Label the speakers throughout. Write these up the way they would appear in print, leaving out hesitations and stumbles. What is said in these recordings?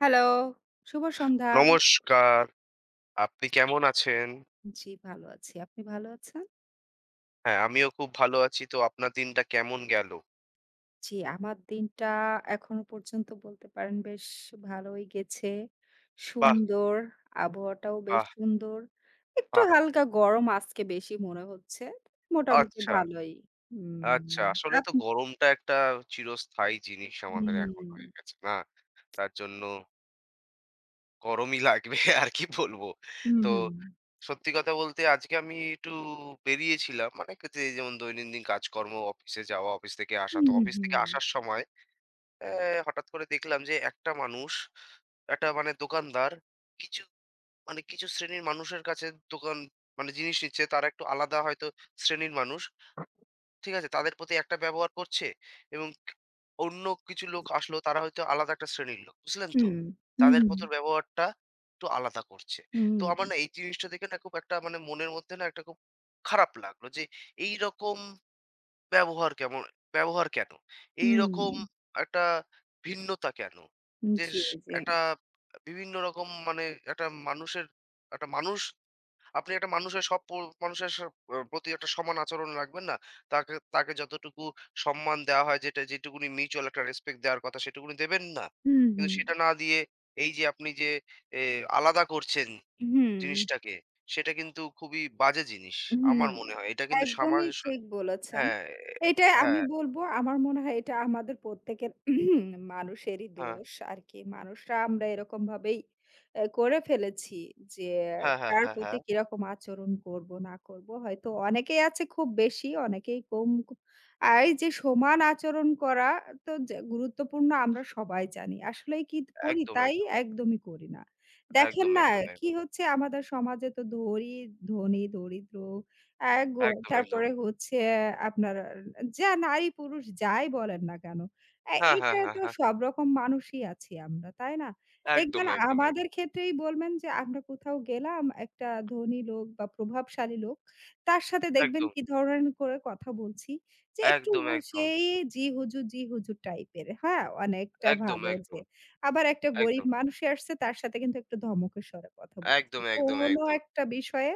Speaker 1: Hello, শুভ সন্ধ্যা।
Speaker 2: নমস্কার। আপনি কেমন আছেন?
Speaker 1: জি, ভালো আছি। আপনি ভালো আছেন?
Speaker 2: হ্যাঁ, আমিও খুব ভালো আছি। তো আপনার দিনটা কেমন গেল?
Speaker 1: জি, আমার দিনটা এখনো পর্যন্ত বলতে পারেন বেশ ভালোই গেছে।
Speaker 2: বাহ!
Speaker 1: সুন্দর, আবহাওয়াটাও বেশ
Speaker 2: বাহ!
Speaker 1: সুন্দর। একটু
Speaker 2: বাহ!
Speaker 1: হালকা গরম আজকে বেশি মনে হচ্ছে। মোটামুটি
Speaker 2: আচ্ছা,
Speaker 1: ভালোই। হুম।
Speaker 2: আচ্ছা। আসলে
Speaker 1: আপ
Speaker 2: তো গরমটা একটা চিরস্থায়ী জিনিস আমাদের এখন
Speaker 1: হুম।
Speaker 2: হয়ে গেছে, না? তার জন্য গরমই লাগবে আর কি বলবো।
Speaker 1: হুম,
Speaker 2: তো
Speaker 1: হুম।
Speaker 2: সত্যি কথা বলতে আজকে আমি একটু বেরিয়েছিলাম। মানে যে যেমন দৈনন্দিন কাজকর্ম, অফিসে যাওয়া, অফিস থেকে আসা।
Speaker 1: হুম,
Speaker 2: তো
Speaker 1: হুম,
Speaker 2: অফিস থেকে
Speaker 1: হুম।
Speaker 2: আসার সময় অ্যা হঠাৎ করে দেখলাম যে একটা মানুষ, একটা মানে দোকানদার কিছু মানে কিছু শ্রেণীর মানুষের কাছে দোকান মানে জিনিস নিচ্ছে তারা একটু আলাদা হয়তো শ্রেণীর মানুষ। ঠিক আছে? তাদের প্রতি একটা ব্যবহার করছে এবং অন্য কিছু লোক আসলো তারা হয়তো আলাদা একটা শ্রেণীর লোক। বুঝলেন তো?
Speaker 1: হুম, হুম,
Speaker 2: তাদের
Speaker 1: হুম,
Speaker 2: প্রতি ব্যবহারটা একটু আলাদা করছে। তো
Speaker 1: হুম,
Speaker 2: আমার না এই জিনিসটা দেখে না খুব একটা মানে মনের মধ্যে না একটা খুব খারাপ লাগলো যে এইরকম ব্যবহার কেমন? ব্যবহার কেন?
Speaker 1: হুম,
Speaker 2: এইরকম একটা ভিন্নতা কেন?
Speaker 1: হুম,
Speaker 2: যে
Speaker 1: জি,
Speaker 2: স
Speaker 1: জি।
Speaker 2: একটা বিভিন্ন রকম মানে একটা মানুষের একটা মানুষ আপনি একটা মানুষের সব প মানুষের স আ প্রতি একটা সমান আচরণ রাখবেন না? তাকে তাকে যতটুকু সম্মান দেওয়া হয় যেটা যেটুকুনি মিউচুয়াল একটা রেসপেক্ট দেওয়ার কথা সেটুকুনি দেবেন না।
Speaker 1: হুম,
Speaker 2: কিন্তু
Speaker 1: হুম,
Speaker 2: সেটা না দিয়ে এই যে আপনি যে এ আলাদা করছেন
Speaker 1: হুম।
Speaker 2: জিনিসটাকে, সেটা কিন্তু খুবই বাজে জিনিস।
Speaker 1: হুম,
Speaker 2: আমার মনে হয়। এটা কিন্তু সমাজ
Speaker 1: একদমই
Speaker 2: স।
Speaker 1: ঠিক বলেছেন।
Speaker 2: হ্যাঁ,
Speaker 1: এটা আমি
Speaker 2: হ্যাঁ।
Speaker 1: বলব আমার মনে হয় এটা আমাদের প্রত্যেকের মানুষেরই
Speaker 2: হ্যাঁ।
Speaker 1: দোষ আরকি। মানুষরা আমরা এরকমভাবেই করে ফেলেছি যে
Speaker 2: হ্যাঁ, হ্যাঁ,
Speaker 1: কার
Speaker 2: হ্যাঁ, হ্যাঁ।
Speaker 1: প্রতি কিরকম আচরণ করব না করব। হয়তো অনেকেই আছে খুব বেশি, অনেকেই কম। আর এই যে সমান আচরণ করা তো যে গুরুত্বপূর্ণ আমরা সবাই জানি। আসলেই কি করি
Speaker 2: একদম,
Speaker 1: তাই?
Speaker 2: একদম।
Speaker 1: একদমই করি না। দেখেন
Speaker 2: একদম,
Speaker 1: না
Speaker 2: একদম,
Speaker 1: কি
Speaker 2: একদম।
Speaker 1: হচ্ছে আমাদের সমাজে তো ধরি ধনী, দরিদ্র, আ গো
Speaker 2: একদম, একদম।
Speaker 1: তারপরে হচ্ছে আপনার যা নারী-পুরুষ যাই বলেন না কেন,
Speaker 2: হ্যাঁ, হ্যাঁ,
Speaker 1: এইটা
Speaker 2: হ্যাঁ,
Speaker 1: তো
Speaker 2: হ্যাঁ।
Speaker 1: সব রকম মানুষই আছি আমরা, তাই না?
Speaker 2: একদম,
Speaker 1: দেখবেন
Speaker 2: একদম,
Speaker 1: আমাদের
Speaker 2: একদম।
Speaker 1: ক্ষেত্রেই বলবেন যে আমরা কোথাও গেলাম, একটা ধনী লোক বা প্রভাবশালী লোক, তার সাথে দেখবেন
Speaker 2: একদম,
Speaker 1: কি ধরনের করে কথা বলছি, যে একটু
Speaker 2: একদম, একদম।
Speaker 1: সেই জি হুজুর, জি হুজুর টাইপের, হ্যাঁ? অনেকটা
Speaker 2: একদম,
Speaker 1: ভালো যে
Speaker 2: একদম।
Speaker 1: আবার একটা গরিব
Speaker 2: একদম।
Speaker 1: মানুষই আসছে তার সাথে কিন্তু একটু ধমকের স্বরে কথা বলছি।
Speaker 2: একদম, একদম,
Speaker 1: কোনো
Speaker 2: একদম।
Speaker 1: একটা বিষয়ে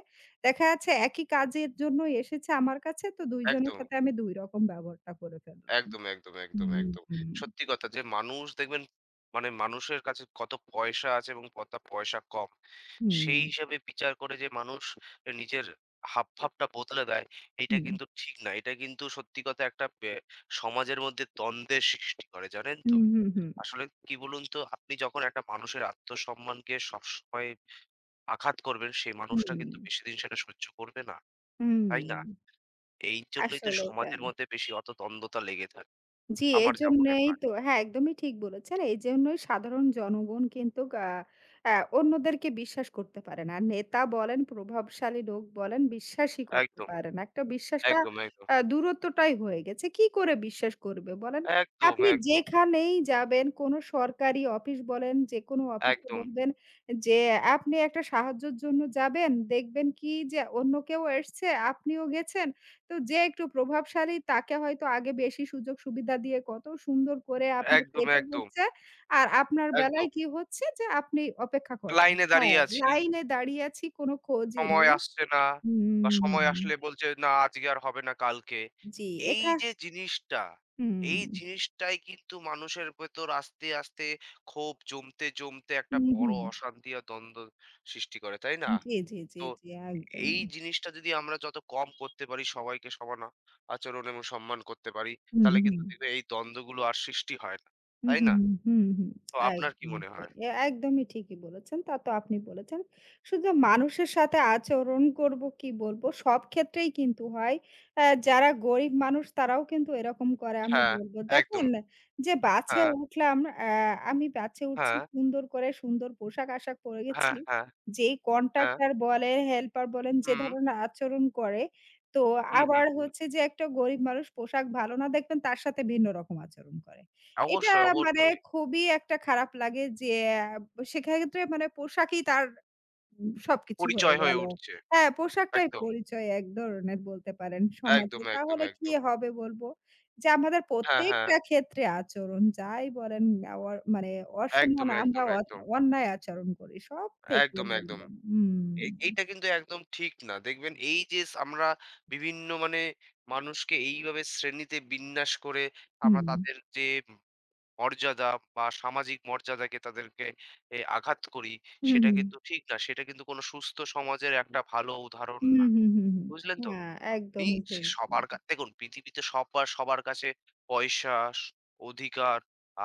Speaker 1: দেখা যাচ্ছে একই কাজের জন্যই এসেছে আমার কাছে, তো ২ জনের
Speaker 2: একদম,
Speaker 1: সাথে আমি ২ রকম ব্যবহারটা করে ফেললাম।
Speaker 2: একদম, একদম, একদম,
Speaker 1: হুম,
Speaker 2: একদম।
Speaker 1: হুম,
Speaker 2: সত্যি কথা যে মানুষ দেখবেন মানে মানুষের কাছে কত পয়সা আছে এবং কত পয়সা কম।
Speaker 1: হুম,
Speaker 2: সেই হিসাবে বিচার করে যে মানুষ নিজের হাবভাবটা বদলে দেয়, এইটা
Speaker 1: হুম,
Speaker 2: কিন্তু ঠিক না। এটা কিন্তু সত্যি কথা একটা সমাজের মধ্যে দ্বন্দ্বের সৃষ্টি করে, জানেন তো?
Speaker 1: হুম, হুম, হুম,
Speaker 2: আসলে কি বলুন তো, আপনি যখন একটা মানুষের আত্মসম্মানকে সবসময় আঘাত করবেন, সেই মানুষটা
Speaker 1: হুম,
Speaker 2: কিন্তু বেশিদিন সেটা সহ্য করবে না।
Speaker 1: হুম।
Speaker 2: তাই না? এই জন্যই তো
Speaker 1: আসলেই
Speaker 2: সমাজের
Speaker 1: তাই।
Speaker 2: মধ্যে বেশি অত দ্বন্দ্বতা লেগে থাকে।
Speaker 1: জি,
Speaker 2: আমার যা মনে
Speaker 1: এইজন্যেই
Speaker 2: হয়।
Speaker 1: তো হ্যাঁ, একদমই ঠিক বলেছেন। এইজন্যই সাধারণ জনগণ কিন্তু আ আ অন্যদেরকে বিশ্বাস করতে পারে না। নেতা বলেন, প্রভাবশালী লোক বলেন, বিশ্বাসই করতে
Speaker 2: একদম,
Speaker 1: পারে না। একটা বিশ্বাসটা
Speaker 2: একদম, একদম,
Speaker 1: দূরত্বটাই হয়ে গেছে। কি করে বিশ্বাস করবে বলেন?
Speaker 2: একদম,
Speaker 1: আপনি
Speaker 2: একদম,
Speaker 1: যেখানেই যাবেন, কোনো সরকারি অফিস বলেন, যেকোনো অফিসে
Speaker 2: একদম,
Speaker 1: বলবেন যে, আপনি একটা সাহায্যের জন্য যাবেন, দেখবেন কি যে অন্য কেউ এসছে, আপনিও গেছেন। তো যে একটু প্রভাবশালী তাকে হয়তো আগে বেশি সুযোগ সুবিধা দিয়ে কত সুন্দর করে আপনাকে
Speaker 2: একদম,
Speaker 1: এটা
Speaker 2: একদম,
Speaker 1: করছে। আর আপনার
Speaker 2: একদম।
Speaker 1: বেলায় কি হচ্ছে যে আপনি অপেক্ষা করেন।
Speaker 2: লাইনে দাঁড়িয়ে
Speaker 1: হ্যাঁ,
Speaker 2: আছি।
Speaker 1: লাইনে দাঁড়িয়ে আছি কোনো খোঁজই
Speaker 2: সময়
Speaker 1: নেই।
Speaker 2: আসছে না বা সময়
Speaker 1: হুম।
Speaker 2: আসলে বলছে, "না আজকে আর হবে না কালকে।"
Speaker 1: জি,
Speaker 2: এই
Speaker 1: এখা
Speaker 2: যে জিনিসটা,
Speaker 1: হুম।
Speaker 2: এই জিনিসটাই কিন্তু মানুষের ভেতর আস্তে, আস্তে ক্ষোভ জমতে, জমতে একটা
Speaker 1: হুম,
Speaker 2: বড়
Speaker 1: হুম।
Speaker 2: অশান্তি আর দ্বন্দ্ব সৃষ্টি করে, তাই না?
Speaker 1: জি, জি, জি,
Speaker 2: তো
Speaker 1: জি,
Speaker 2: এই
Speaker 1: একদমই।
Speaker 2: জিনিসটা যদি আমরা যত কম করতে পারি, সবাইকে সমান আচরণ এবং সম্মান করতে পারি,
Speaker 1: হুম,
Speaker 2: তাহলে
Speaker 1: হুম।
Speaker 2: কিন্তু দেখবে এই দ্বন্দ্বগুলো আর সৃষ্টি হয় না,
Speaker 1: হুম,
Speaker 2: তাই না?
Speaker 1: হুম, হুম, হুম, হুম।
Speaker 2: তো আপনার কি
Speaker 1: একদমই
Speaker 2: মনে
Speaker 1: ঠিক।
Speaker 2: হয়?
Speaker 1: একদমই ঠিকই বলেছেন। তা তো আপনি বলেছেন। শুধু মানুষের সাথে আচরণ করব কি বলব সব ক্ষেত্রেই কিন্তু হয়। যারা গরিব মানুষ তারাও কিন্তু এরকম করে আমি
Speaker 2: হ্যাঁ,
Speaker 1: বলব।
Speaker 2: একদম।
Speaker 1: দেখেন যে বাসে
Speaker 2: হ্যাঁ,
Speaker 1: উঠলাম অ্যা আমি বাসে উঠছি
Speaker 2: হ্যাঁ,
Speaker 1: সুন্দর করে সুন্দর পোশাক-আশাক পরে
Speaker 2: হ্যাঁ,
Speaker 1: গেছি।
Speaker 2: হ্যাঁ,
Speaker 1: যেই
Speaker 2: হ্যাঁ।
Speaker 1: কন্ট্রাক্টর বলেন, হেল্পার বলেন যে
Speaker 2: হুম,
Speaker 1: ধরনের আচরণ করে, তো
Speaker 2: হুম,
Speaker 1: আবার
Speaker 2: হুম।
Speaker 1: হচ্ছে যে একটা গরিব মানুষ পোশাক ভালো না দেখবেন তার সাথে ভিন্ন রকম আচরণ করে। এটা
Speaker 2: অবশ্যই,
Speaker 1: মানে
Speaker 2: অবশ্যই।
Speaker 1: খুবই একটা খারাপ লাগে যে আ সেক্ষেত্রে মানে পোশাকই তার সবকিছু হয়ে
Speaker 2: পরিচয় হয়ে
Speaker 1: গেল।
Speaker 2: উঠছে।
Speaker 1: হ্যাঁ, পোশাকটাই
Speaker 2: একদম,
Speaker 1: পরিচয় এক ধরনের বলতে পারেন
Speaker 2: একদম,
Speaker 1: সমাজে।
Speaker 2: একদম,
Speaker 1: তাহলে কি
Speaker 2: একদম।
Speaker 1: হবে বলব? যে আমাদের
Speaker 2: হ্যাঁ, হ্যাঁ।
Speaker 1: প্রত্যেকটা ক্ষেত্রে আচরণ যাই বলেন, মানে
Speaker 2: একদম,
Speaker 1: অসম্মান আমরা
Speaker 2: একদম, একদম।
Speaker 1: অন্যায় আচরণ করি। সব থেকে
Speaker 2: একদম, একদম।
Speaker 1: বলবেন। হুম,
Speaker 2: এইটা কিন্তু একদম ঠিক না। দেখবেন এই যে আমরা বিভিন্ন মানে মানুষকে এইভাবে শ্রেণীতে বিন্যাস করে আমরা
Speaker 1: হুম,
Speaker 2: তাদের যে মর্যাদা বা সামাজিক মর্যাদাকে তাদেরকে আঘাত করি
Speaker 1: হুম,
Speaker 2: সেটা
Speaker 1: হুম,
Speaker 2: কিন্তু ঠিক না। সেটা কিন্তু কোন সুস্থ সমাজের একটা ভালো উদাহরণ
Speaker 1: হুম,
Speaker 2: না।
Speaker 1: হুম, হুম, হুম।
Speaker 2: বুঝলেন তো?
Speaker 1: হ্যাঁ,
Speaker 2: আপনি
Speaker 1: একদমই
Speaker 2: সে
Speaker 1: ঠিক।
Speaker 2: সবার কা দেখুন পৃথিবীতে সবার সবার কাছে পয়সা, স অধিকার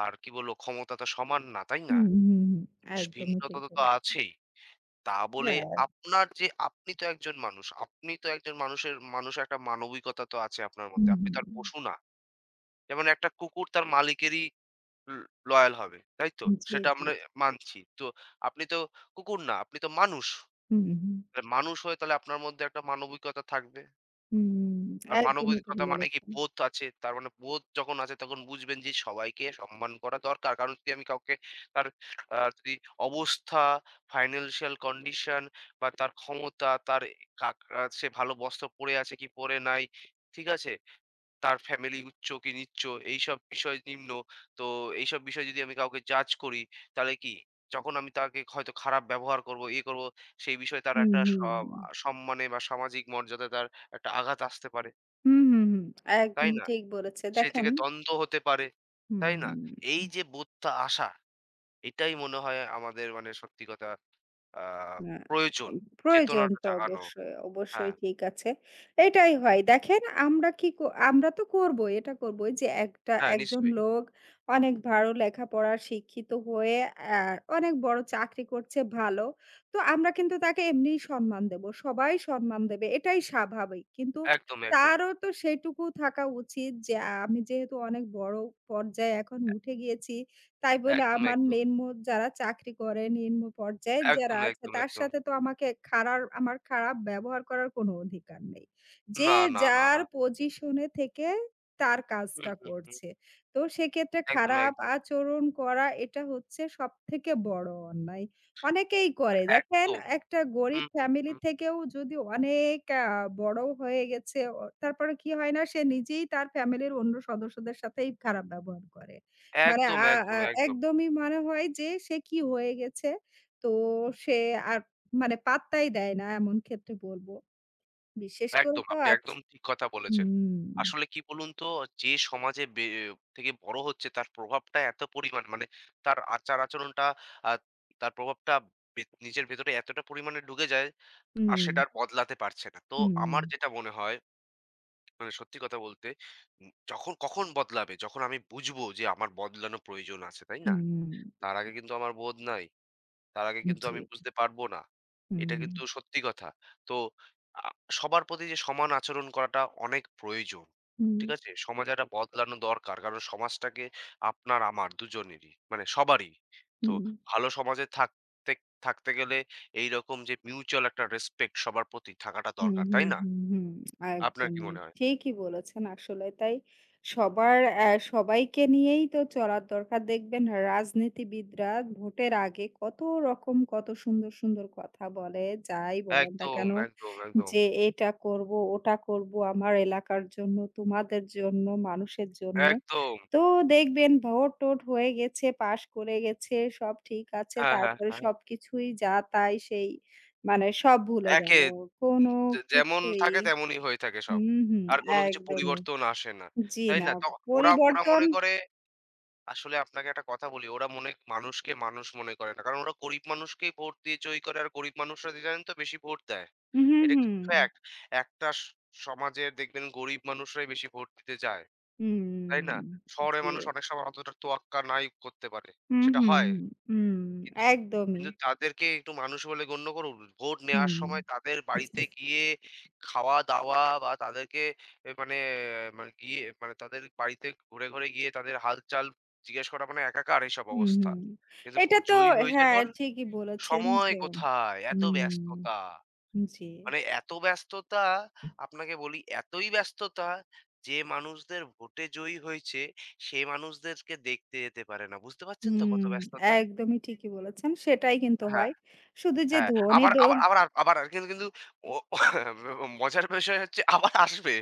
Speaker 2: আর কি বলবো ক্ষমতা তো সমান না, তাই না?
Speaker 1: হুম, হুম, হুম, একদমই
Speaker 2: ভিন্নতা
Speaker 1: ঠিক
Speaker 2: তো তো
Speaker 1: বলেছেন।
Speaker 2: আছেই। তা বলে
Speaker 1: হ্যাঁ,
Speaker 2: আপনার যে আপনি তো একজন মানুষ। আপনি তো একজন মানুষের মানুষ একটা মানবিকতা তো আছে আপনার মধ্যে।
Speaker 1: হুম।
Speaker 2: আপনি
Speaker 1: হুম,
Speaker 2: তো আর পশু না। যেমন একটা কুকুর তার মালিকেরই ল লয়াল হবে। তাই তো?
Speaker 1: জি, জি,
Speaker 2: সেটা
Speaker 1: জি।
Speaker 2: আমরা মানছি। তো আপনি তো কুকুর না, আপনি তো মানুষ।
Speaker 1: হুম, হুম,
Speaker 2: তাহলে মানুষ হয়ে তাহলে আপনার মধ্যে একটা মানবিকতা থাকবে।
Speaker 1: হুম,
Speaker 2: আর
Speaker 1: একদমই ঠিক
Speaker 2: মানবিকতা মানে কি
Speaker 1: বলেছেন।
Speaker 2: বোধ আছে। তার মানে বোধ যখন আছে তখন বুঝবেন যে সবাইকে সম্মান করা দরকার। কারণ যদি আমি কাউকে তার আ যদি অবস্থা, ফাইন্যান্সিয়াল কন্ডিশন বা তার ক্ষমতা, তার কাক আ সে ভালো বস্ত্র পরে আছে কি পরে নাই, ঠিক আছে? তার ফ্যামিলি উচ্চ কি নিচ্চ এইসব বিষয় নিম্ন। তো এইসব বিষয় যদি আমি কাউকে জাজ করি তাহলে কি যখন আমি তাকে হয়তো খারাপ ব্যবহার করব, ইয়ে করব সেই বিষয়ে তার
Speaker 1: হুম,
Speaker 2: একটা
Speaker 1: হুম,
Speaker 2: সম্মানে বা সামাজিক মর্যাদায় তার একটা আঘাত আসতে পারে।
Speaker 1: হুম, হুম, হুম,
Speaker 2: তাই
Speaker 1: একদমই
Speaker 2: না?
Speaker 1: ঠিক বলেছে।
Speaker 2: সেই
Speaker 1: দেখেন,
Speaker 2: থেকে দ্বন্দ্ব হতে পারে। তাই না?
Speaker 1: হুম।
Speaker 2: এই যে বোধটা আসা, এটাই মনে হয় আমাদের মানে সত্যি কথা আ
Speaker 1: না,
Speaker 2: প্রয়োজন।
Speaker 1: প্রয়োজন
Speaker 2: চেতনাটা
Speaker 1: তো
Speaker 2: জাগানো।
Speaker 1: অবশ্যই, অবশ্যই
Speaker 2: হ্যাঁ,
Speaker 1: ঠিক আছে। এটাই হয়। দেখেন আমরা কি ক আমরা তো করবোই, এটা করবোই যে একটা
Speaker 2: হ্যাঁ
Speaker 1: একজন
Speaker 2: নিশ্চয়ই।
Speaker 1: লোক অনেক ভালো লেখাপড়া শিক্ষিত হয়ে আ অনেক বড় চাকরি করছে ভালো। তো আমরা কিন্তু তাকে এমনিই সম্মান দেবো। সবাই সম্মান দেবে। এটাই স্বাভাবিক। কিন্তু
Speaker 2: একদম, একদম,
Speaker 1: তারও তো সেটুকু থাকা উচিত যে আমি যেহেতু অনেক বড় পর্যায়ে এখন উঠে গিয়েছি তাই বলে
Speaker 2: একদম,
Speaker 1: আমার
Speaker 2: একদম,
Speaker 1: নিম্ন যারা চাকরি করে, নিম্ন পর্যায়ের যারা
Speaker 2: একদম,
Speaker 1: আছে
Speaker 2: একদম,
Speaker 1: তার
Speaker 2: একদম।
Speaker 1: সাথে তো আমাকে আমার খারাপ ব্যবহার করার কোনো অধিকার নেই। যে
Speaker 2: না, না, না,
Speaker 1: যার
Speaker 2: না।
Speaker 1: পজিশনে থেকে তার
Speaker 2: হুম,
Speaker 1: কাজটা
Speaker 2: হুম, হুম।
Speaker 1: করছে। তো সেক্ষেত্রে
Speaker 2: একদম,
Speaker 1: খারাপ
Speaker 2: একদম,
Speaker 1: আচরণ করা এটা হচ্ছে সবথেকে বড় অন্যায়। অনেকেই করে দেখেন
Speaker 2: একদম।
Speaker 1: একটা গরিব
Speaker 2: হুম, হুম,
Speaker 1: ফ্যামিলি
Speaker 2: হুম।
Speaker 1: থেকেও যদি অনেক বড় হয়ে গেছে, তারপরে কি হয় না সে নিজেই তার ফ্যামিলির অন্য সদস্যদের সাথেই খারাপ ব্যবহার করে। মানে
Speaker 2: একদম,
Speaker 1: আ
Speaker 2: একদম,
Speaker 1: আ
Speaker 2: একদম।
Speaker 1: একদমই মনে হয় যে সে কি হয়ে গেছে। তো সে আর মানে পাত্তাই দেয় না এমন ক্ষেত্রে বলবো। বিশেষ করে
Speaker 2: একদম,
Speaker 1: তো
Speaker 2: আপনি
Speaker 1: আজ,
Speaker 2: একদম ঠিক কথা বলেছেন।
Speaker 1: হুম,
Speaker 2: আসলে কি বলুন তো, যে সমাজে থেকে বড় হচ্ছে তার প্রভাবটা এত পরিমাণ মানে তার আচার-আচরণটা আ তার প্রভাবটা নিজের ভেতরে এতটা পরিমাণে ঢুকে যায়, আর
Speaker 1: হুম,
Speaker 2: সেটা আর বদলাতে পারছে না। তো
Speaker 1: হুম,
Speaker 2: আমার যেটা মনে হয়, মানে সত্যি কথা বলতে, যখন কখন বদলাবে? যখন আমি বুঝবো যে আমার বদলানো প্রয়োজন আছে, তাই না?
Speaker 1: হুম,
Speaker 2: তার আগে কিন্তু আমার বোধ নাই। তার আগে কিন্তু
Speaker 1: জি,
Speaker 2: আমি বুঝতে পারবো না। এটা
Speaker 1: হুম,
Speaker 2: কিন্তু সত্যি কথা। তো আ সবার প্রতি যে সমান আচরণ করাটা অনেক প্রয়োজন।
Speaker 1: হুম,
Speaker 2: ঠিক আছে? সমাজে একটা বদলানো দরকার। কারণ সমাজটাকে আপনার আমার দুজনেরই মানে সবারই। তো
Speaker 1: হুম।
Speaker 2: ভালো সমাজে থাকতে থাকতে গেলে এইরকম যে মিউচুয়াল একটা রেসপেক্ট সবার প্রতি থাকাটা
Speaker 1: হুম,
Speaker 2: দরকার।
Speaker 1: হুম,
Speaker 2: তাই না?
Speaker 1: হুম, হুম।
Speaker 2: আপনার কি
Speaker 1: একদমই।
Speaker 2: মনে হয়?
Speaker 1: ঠিকই বলেছেন আসলে। তাই সবার অ্যা সবাইকে নিয়েই তো চলার দরকার। দেখবেন রাজনীতিবিদরা ভোটের আগে কত রকম কত সুন্দর, সুন্দর কথা বলে। যাই বলেন না
Speaker 2: একদম,
Speaker 1: কেন
Speaker 2: একদম, একদম,
Speaker 1: যে, "এটা করব, ওটা করব আমার এলাকার জন্য, তোমাদের জন্য, মানুষের জন্য।"
Speaker 2: একদম।
Speaker 1: তো দেখবেন ভোট-টোট হয়ে গেছে, পাস করে গেছে, সব ঠিক আছে।
Speaker 2: হ্যাঁ, হ্যাঁ,
Speaker 1: তারপরে
Speaker 2: হ্যাঁ।
Speaker 1: সবকিছুই যা তাই সেই মানে সব ভুলে
Speaker 2: একে
Speaker 1: গেল। কোনো
Speaker 2: যে যেমন
Speaker 1: কিছুই,
Speaker 2: থাকে তেমনই হয়ে থাকে সব।
Speaker 1: হুম, হুম,
Speaker 2: আর কোনো কিছু
Speaker 1: একদমই।
Speaker 2: পরিবর্তন আসে না।
Speaker 1: জি
Speaker 2: তাই
Speaker 1: না,
Speaker 2: না? ওরা ওরা
Speaker 1: পরিবর্তন,
Speaker 2: মনে করে আসলে আপনাকে একটা কথা বলি, ওরা মনে মানুষকে মানুষ মনে করে না। কারণ ওরা গরিব মানুষকেই ভোট দিয়ে জয়ী করে। আর গরিব মানুষরা যে জানেন তো বেশি ভোট দেয়।
Speaker 1: হুম,
Speaker 2: এটা
Speaker 1: হুম,
Speaker 2: কিন্তু ফ্যাক্ট। একটা সমাজে দেখবেন গরিব মানুষরাই বেশি ভোট দিতে যায়। তাই না?
Speaker 1: হুম,
Speaker 2: শহরের
Speaker 1: জি।
Speaker 2: মানুষ অনেক সময় অতটা তোয়াক্কা নাই করতে পারে।
Speaker 1: হুম,
Speaker 2: সেটা
Speaker 1: হুম,
Speaker 2: হয়।
Speaker 1: হুম,
Speaker 2: কিন্তু
Speaker 1: একদমই।
Speaker 2: কিন্তু তাদেরকে একটু মানুষ বলে গণ্য করুন। ভোট নেওয়ার
Speaker 1: হুম,
Speaker 2: সময় তাদের বাড়িতে গিয়ে খাওয়া-দাওয়া বা তাদেরকে এ মানে মানে গিয়ে মানে তাদের বাড়িতে ঘুরে, ঘুরে গিয়ে তাদের হালচাল জিজ্ঞেস করা মানে একাকার এসব
Speaker 1: হুম,
Speaker 2: অবস্থা।
Speaker 1: হুম।
Speaker 2: কিন্তু
Speaker 1: এটা তো
Speaker 2: জয়ী হয়ে
Speaker 1: হ্যাঁ,
Speaker 2: যাওয়ার পর
Speaker 1: ঠিকই বলেছেন
Speaker 2: সময়
Speaker 1: যে,
Speaker 2: কোথায়? এত
Speaker 1: হুম,
Speaker 2: ব্যস্ততা।
Speaker 1: জি।
Speaker 2: মানে এত ব্যস্ততা আপনাকে বলি এতই ব্যস্ততা যে মানুষদের ভোটে জয়ী হয়েছে সে মানুষদেরকে দেখতে যেতে পারে না। বুঝতে পারছেন তো
Speaker 1: হুম,
Speaker 2: কত ব্যস্ততা?
Speaker 1: একদমই ঠিকই বলেছেন। সেটাই কিন্তু
Speaker 2: হ্যাঁ।
Speaker 1: হয়। শুধু যে
Speaker 2: হ্যাঁ,
Speaker 1: ধনী
Speaker 2: আবার আবার আবার আর- আবার আর কিন্তু কিন্তু ও মজার বিষয় হচ্ছে আবার আসবে।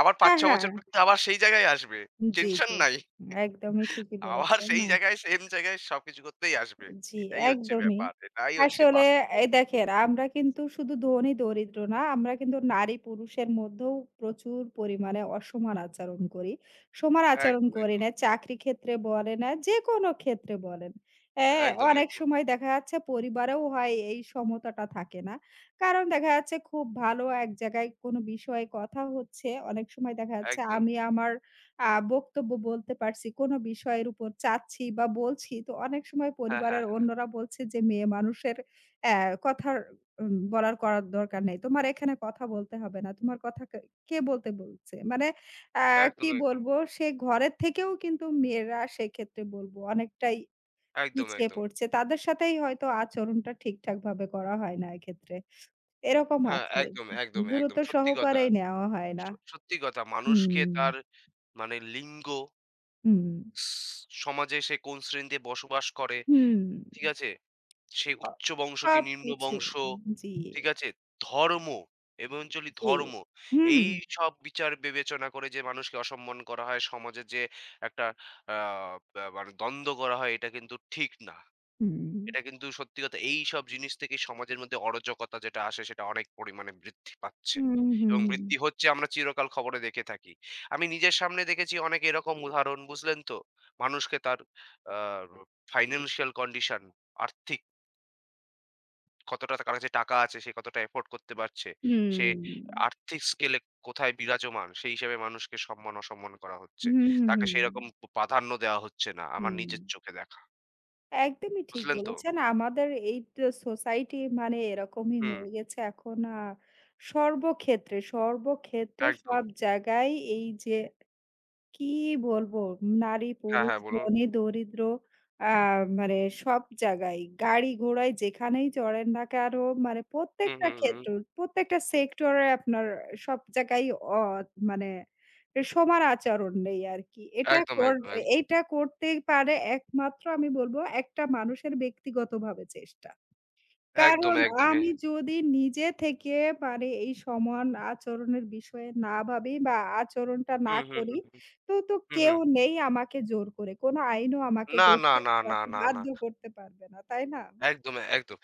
Speaker 2: আবার
Speaker 1: হ্যাঁ,
Speaker 2: ৫-৬
Speaker 1: হ্যাঁ।
Speaker 2: বছর পর কিন্তু আবার সেই জায়গায় আসবে।
Speaker 1: জি,
Speaker 2: টেনশন
Speaker 1: জি,
Speaker 2: নাই।
Speaker 1: জি। একদমই ঠিকই
Speaker 2: আবার
Speaker 1: বলেছেন।
Speaker 2: সেই
Speaker 1: না,
Speaker 2: জায়গায় সেম জায়গায় সবকিছু করতেই আসবে।
Speaker 1: জি,
Speaker 2: এটাই হচ্ছে
Speaker 1: একদমই।
Speaker 2: ব্যাপার। এটাই হচ্ছে
Speaker 1: আসলে
Speaker 2: বাস্তব।
Speaker 1: এই দেখেন আমরা কিন্তু শুধু ধনী দরিদ্র না, আমরা কিন্তু নারী পুরুষের মধ্যেও প্রচুর পরিমাণে অসমান আচরণ করি। সমান আচরণ
Speaker 2: একদম,
Speaker 1: করি
Speaker 2: একদম।
Speaker 1: না, চাকরি ক্ষেত্রে বলেন, যেকোনো ক্ষেত্রে বলেন। হ্যাঁ,
Speaker 2: একদম,
Speaker 1: অনেক
Speaker 2: একদম।
Speaker 1: সময় দেখা যাচ্ছে পরিবারেও হয় এই সমতাটা থাকে না। কারণ দেখা যাচ্ছে খুব ভালো এক জায়গায় কোনো বিষয়ে কথা হচ্ছে, অনেক সময় দেখা যাচ্ছে
Speaker 2: একদম।
Speaker 1: আমি আমার আ বক্তব্য বলতে পারছি, কোনো বিষয়ের উপর চাচ্ছি বা বলছি। তো অনেক সময়
Speaker 2: হ্যাঁ, হ্যাঁ,
Speaker 1: পরিবারের
Speaker 2: হ্যাঁ।
Speaker 1: অন্যরা বলছে যে, "মেয়ে মানুষের অ্যা কথার, বলার করার দরকার নেই। তোমার এখানে কথা বলতে হবে না। তোমার কথা কে কে বলতে বলছে?" মানে অ্যা
Speaker 2: একদম,
Speaker 1: কি
Speaker 2: একদম।
Speaker 1: বলবো? সে ঘরের থেকেও কিন্তু মেয়েরা সেক্ষেত্রে বলবো অনেকটাই
Speaker 2: একদম,
Speaker 1: পিছিয়ে
Speaker 2: একদম।
Speaker 1: পড়ছে। তাদের সাথেই হয়তো আচরণটা ঠিকঠাকভাবে করা হয় না এক্ষেত্রে। এরকম
Speaker 2: হ্যাঁ,
Speaker 1: আছে।
Speaker 2: একদম, একদম, একদম।
Speaker 1: গুরুত্ব
Speaker 2: সত্যি কথা।
Speaker 1: সহকারেই নেওয়া হয় না।
Speaker 2: সত্যি কথা। মানুষকে
Speaker 1: হুম,
Speaker 2: তার মানে লিঙ্গ,
Speaker 1: হুম,
Speaker 2: স সমাজে সে কোন শ্রেণীতে বসবাস করে।
Speaker 1: হুম।
Speaker 2: ঠিক আছে? সেই
Speaker 1: অ
Speaker 2: উচ্চ বংশ কি নিম্ন
Speaker 1: সবকিছু।
Speaker 2: বংশ,
Speaker 1: জি,
Speaker 2: ঠিক আছে? ধর্ম এমনচলি
Speaker 1: জি।
Speaker 2: ধর্ম।
Speaker 1: হুম,
Speaker 2: এই সব বিচার বিবেচনা করে যে মানুষকে অসম্মান করা হয়, সমাজে যে একটা আ ব্যা মানে দ্বন্দ্ব করা হয় এটা কিন্তু ঠিক না।
Speaker 1: হুম,
Speaker 2: এটা কিন্তু সত্যি কথা। এইসব জিনিস থেকে সমাজের মধ্যে অরাজকতা যেটা আসে সেটা অনেক পরিমাণে বৃদ্ধি পাচ্ছে
Speaker 1: হুম, হুম,
Speaker 2: এবং
Speaker 1: হুম,
Speaker 2: বৃদ্ধি হচ্ছে আমরা চিরকাল খবরে দেখে থাকি। আমি নিজের সামনে দেখেছি অনেক এরকম উদাহরণ বুঝলেন তো? মানুষকে তার আ ফাইন্যান্সিয়াল কন্ডিশন আর্থিক কতটা তার কাছে টাকা আছে, সে কতটা এফোর্ড করতে পারছে। সে আর্থিক স্কেলে কোথায় বিরাজমান, সেই হিসেবে মানুষকে সম্মান-অসম্মান করা হচ্ছে।
Speaker 1: হুম, হুম,
Speaker 2: তাকে
Speaker 1: হুম,
Speaker 2: সেরকম প্রাধান্য দেওয়া হচ্ছে না, আমার
Speaker 1: হুম।
Speaker 2: নিজের চোখে দেখা।
Speaker 1: একদমই ঠিক
Speaker 2: বুঝলেন তো?
Speaker 1: বলেছেন। আমাদের এই তো সোসাইটি মানে এরকমই
Speaker 2: হুম,
Speaker 1: হয়ে গেছে এখন, সর্বক্ষেত্রে, সর্বক্ষেত্রে
Speaker 2: একদম।
Speaker 1: সব জায়গায় এই যে কি বলবো? নারী,
Speaker 2: হ্যাঁ,
Speaker 1: পুরুষ,
Speaker 2: হ্যাঁ, বলুন।
Speaker 1: ধনী, দরিদ্র, আ মানে সব জায়গায় গাড়ি-ঘোড়ায় যেখানেই চড়েন না কেনো, মানে
Speaker 2: হুম,
Speaker 1: প্রত্যেকটা
Speaker 2: হুম, হুম।
Speaker 1: ক্ষেত্র, প্রত্যেকটা সেক্টরে আপনার সব জায়গায় অ মানে সমান আচরণ নেই আরকি। এটা
Speaker 2: একদম,
Speaker 1: কর
Speaker 2: একদম, একদম।
Speaker 1: এইটা করতে পারে একমাত্র আমি বলব একটা মানুষের ব্যক্তিগতভাবে চেষ্টা।
Speaker 2: একদম,
Speaker 1: কারণ
Speaker 2: একদম। এ।
Speaker 1: আমি যদি নিজে থেকে মানে এই সমান আচরণের বিষয়ে না ভাবি বা আচরণটা না
Speaker 2: হুম, হুম,
Speaker 1: করি,
Speaker 2: হুম, হুম।
Speaker 1: তো
Speaker 2: হুম,
Speaker 1: কেউ
Speaker 2: হুম।
Speaker 1: নেই আমাকে জোর করে। কোনো আইনও আমাকে
Speaker 2: না, না,
Speaker 1: করতে
Speaker 2: না, না,
Speaker 1: করাতে
Speaker 2: না, না।
Speaker 1: বাধ্য করতে পারবে না, তাই না?
Speaker 2: একদম, একদম।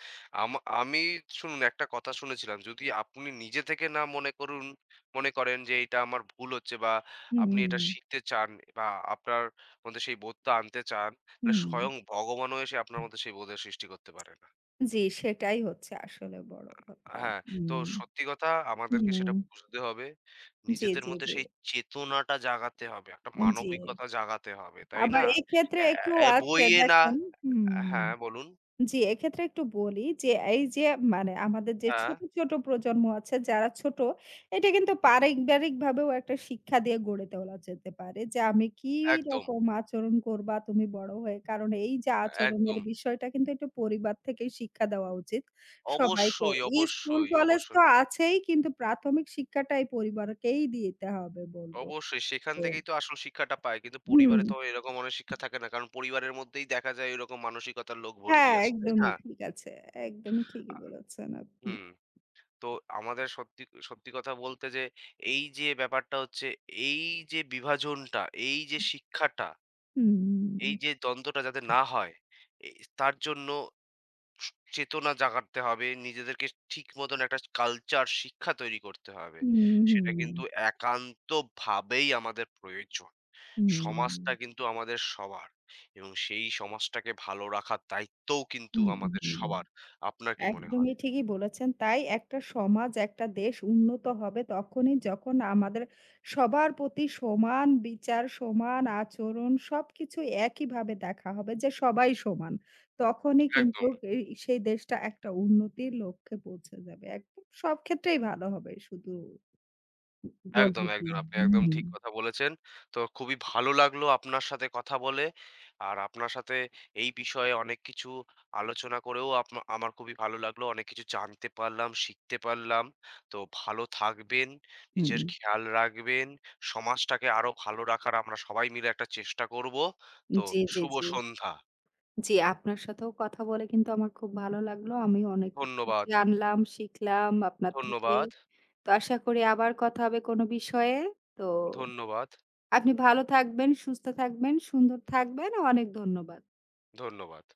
Speaker 2: আমি শুনুন একটা কথা শুনেছিলাম, যদি আপনি নিজে থেকে না মনে করুন মনে করেন যে এটা আমার ভুল হচ্ছে বা আপনি এটা
Speaker 1: হুম,
Speaker 2: শিখতে চান বা আপনার মধ্যে সেই বোধটা আনতে চান, তাহলে
Speaker 1: হুম।
Speaker 2: স্বয়ং ভগবানও এসে আপনার মধ্যে সেই বোধের সৃষ্টি করতে পারে না।
Speaker 1: জি, সেটাই হচ্ছে আসলে বড় কথা।
Speaker 2: হ্যাঁ, তো
Speaker 1: হুম,
Speaker 2: সত্যি কথা আমাদেরকে
Speaker 1: হুম।
Speaker 2: সেটা বুঝতে হবে।
Speaker 1: জি,
Speaker 2: নিজেদের
Speaker 1: জি,
Speaker 2: মধ্যে
Speaker 1: জি,
Speaker 2: সেই চেতনাটা জাগাতে হবে। একটা
Speaker 1: জি।
Speaker 2: মানবিকতা জাগাতে হবে, তাই না?
Speaker 1: আবার এক্ষেত্রে
Speaker 2: অ্যা
Speaker 1: একটু
Speaker 2: অ্যা
Speaker 1: আছে
Speaker 2: বইয়ে না।
Speaker 1: দেখেন, হুম।
Speaker 2: হ্যাঁ, বলুন।
Speaker 1: জি, এক্ষেত্রে একটু বলি যে, এই যে মানে আমাদের যে
Speaker 2: হ্যাঁ,
Speaker 1: ছোট, ছোট প্রজন্ম আছে যারা ছোট, এটা কিন্তু পারিবারিকভাবেও একটা শিক্ষা দিয়ে গড়ে তোলা যেতে পারে। যে আমি
Speaker 2: একদম,
Speaker 1: কিরকম আচরণ করবা তুমি বড় হয়ে। কারণ এই যে আচরণের
Speaker 2: একদম।
Speaker 1: বিষয়টা কিন্তু একটু পরিবার থেকেই শিক্ষা দেওয়া উচিত সবাইকে।
Speaker 2: অবশ্যই,
Speaker 1: এই স্কুল
Speaker 2: অবশ্যই,
Speaker 1: কলেজ তো
Speaker 2: অবশ্যই,
Speaker 1: আছেই কিন্তু প্রাথমিক শিক্ষাটাই পরিবারকেই দিতে হবে বলব।
Speaker 2: অবশ্যই। সেখান
Speaker 1: হুম।
Speaker 2: থেকেই তো আসল শিক্ষাটা পায়। কিন্তু
Speaker 1: হুম,
Speaker 2: পরিবারে তো এরকম অনেক শিক্ষা থাকে না। কারণ পরিবারের মধ্যেই দেখা যায় এরকম মানসিকতার লোক ভর্তি
Speaker 1: হ্যাঁ,
Speaker 2: আছে। তাই না?
Speaker 1: একদমই ঠিক আছে। একদমই
Speaker 2: আ
Speaker 1: ঠিকই বলেছেন আপনি।
Speaker 2: হুম। তো আমাদের সত্যি কথা বলতে যে এই যে ব্যাপারটা হচ্ছে এই যে বিভাজনটা, এই যে শিক্ষাটা, এই
Speaker 1: হুম।
Speaker 2: যে দ্বন্দ্বটা যাতে না হয়, এ তার জন্য চেতনা জাগাতে হবে, নিজেদেরকে ঠিক মতন একটা কালচার শিক্ষা তৈরি করতে হবে।
Speaker 1: হুম,
Speaker 2: সেটা
Speaker 1: হুম,
Speaker 2: কিন্তু একান্তভাবেই আমাদের প্রয়োজন। সমাজটা
Speaker 1: হুম,
Speaker 2: কিন্তু আমাদের সবার এবং সেই সমাজটাকে ভালো রাখার দায়িত্বও কিন্তু
Speaker 1: হুম, হুম,
Speaker 2: আমাদের
Speaker 1: হুম।
Speaker 2: সবার। আপনার কি মনে হয়?
Speaker 1: একদমই ঠিকই বলেছেন। তাই একটা সমাজ, একটা দেশ উন্নত হবে তখনই যখন আমাদের সবার প্রতি সমান বিচার, সমান আচরণ সবকিছু একইভাবে দেখা হবে যে সবাই সমান। তখনই কিন্তু
Speaker 2: একদম।
Speaker 1: এই সেই দেশটা একটা উন্নতির লক্ষ্যে পৌঁছে যাবে। একদম সব ক্ষেত্রেই ভালো হবে শুধু বলব
Speaker 2: একদম,
Speaker 1: কি?
Speaker 2: একদম। আপনি একদম
Speaker 1: হুম,
Speaker 2: ঠিক কথা বলেছেন। তো খুবই ভালো লাগলো আপনার সাথে কথা বলে। আর আপনার সাথে এই বিষয়ে অনেক কিছু আলোচনা করেও আপনা আমার খুবই ভালো লাগলো। অনেক কিছু জানতে পারলাম, শিখতে পারলাম। তো ভালো থাকবেন,
Speaker 1: হুম।
Speaker 2: নিজের খেয়াল রাখবেন। সমাজটাকে আরো ভালো রাখার আমরা সবাই মিলে একটা চেষ্টা করব। তো
Speaker 1: জি, জি,
Speaker 2: শুভ
Speaker 1: জি।
Speaker 2: সন্ধ্যা।
Speaker 1: জি, আপনার সাথেও কথা বলে কিন্তু আমার খুব ভালো লাগলো। আমি অনেক কিছু
Speaker 2: ধন্যবাদ,
Speaker 1: জানলাম, শিখলাম আপনার থেকে।
Speaker 2: ধন্যবাদ,
Speaker 1: তো আশা করি আবার কথা হবে কোনো বিষয়ে। তো
Speaker 2: ধন্যবাদ,
Speaker 1: আপনি ভালো থাকবেন, সুস্থ থাকবেন, সুন্দর থাকবেন। অনেক ধন্যবাদ।
Speaker 2: ধন্যবাদ।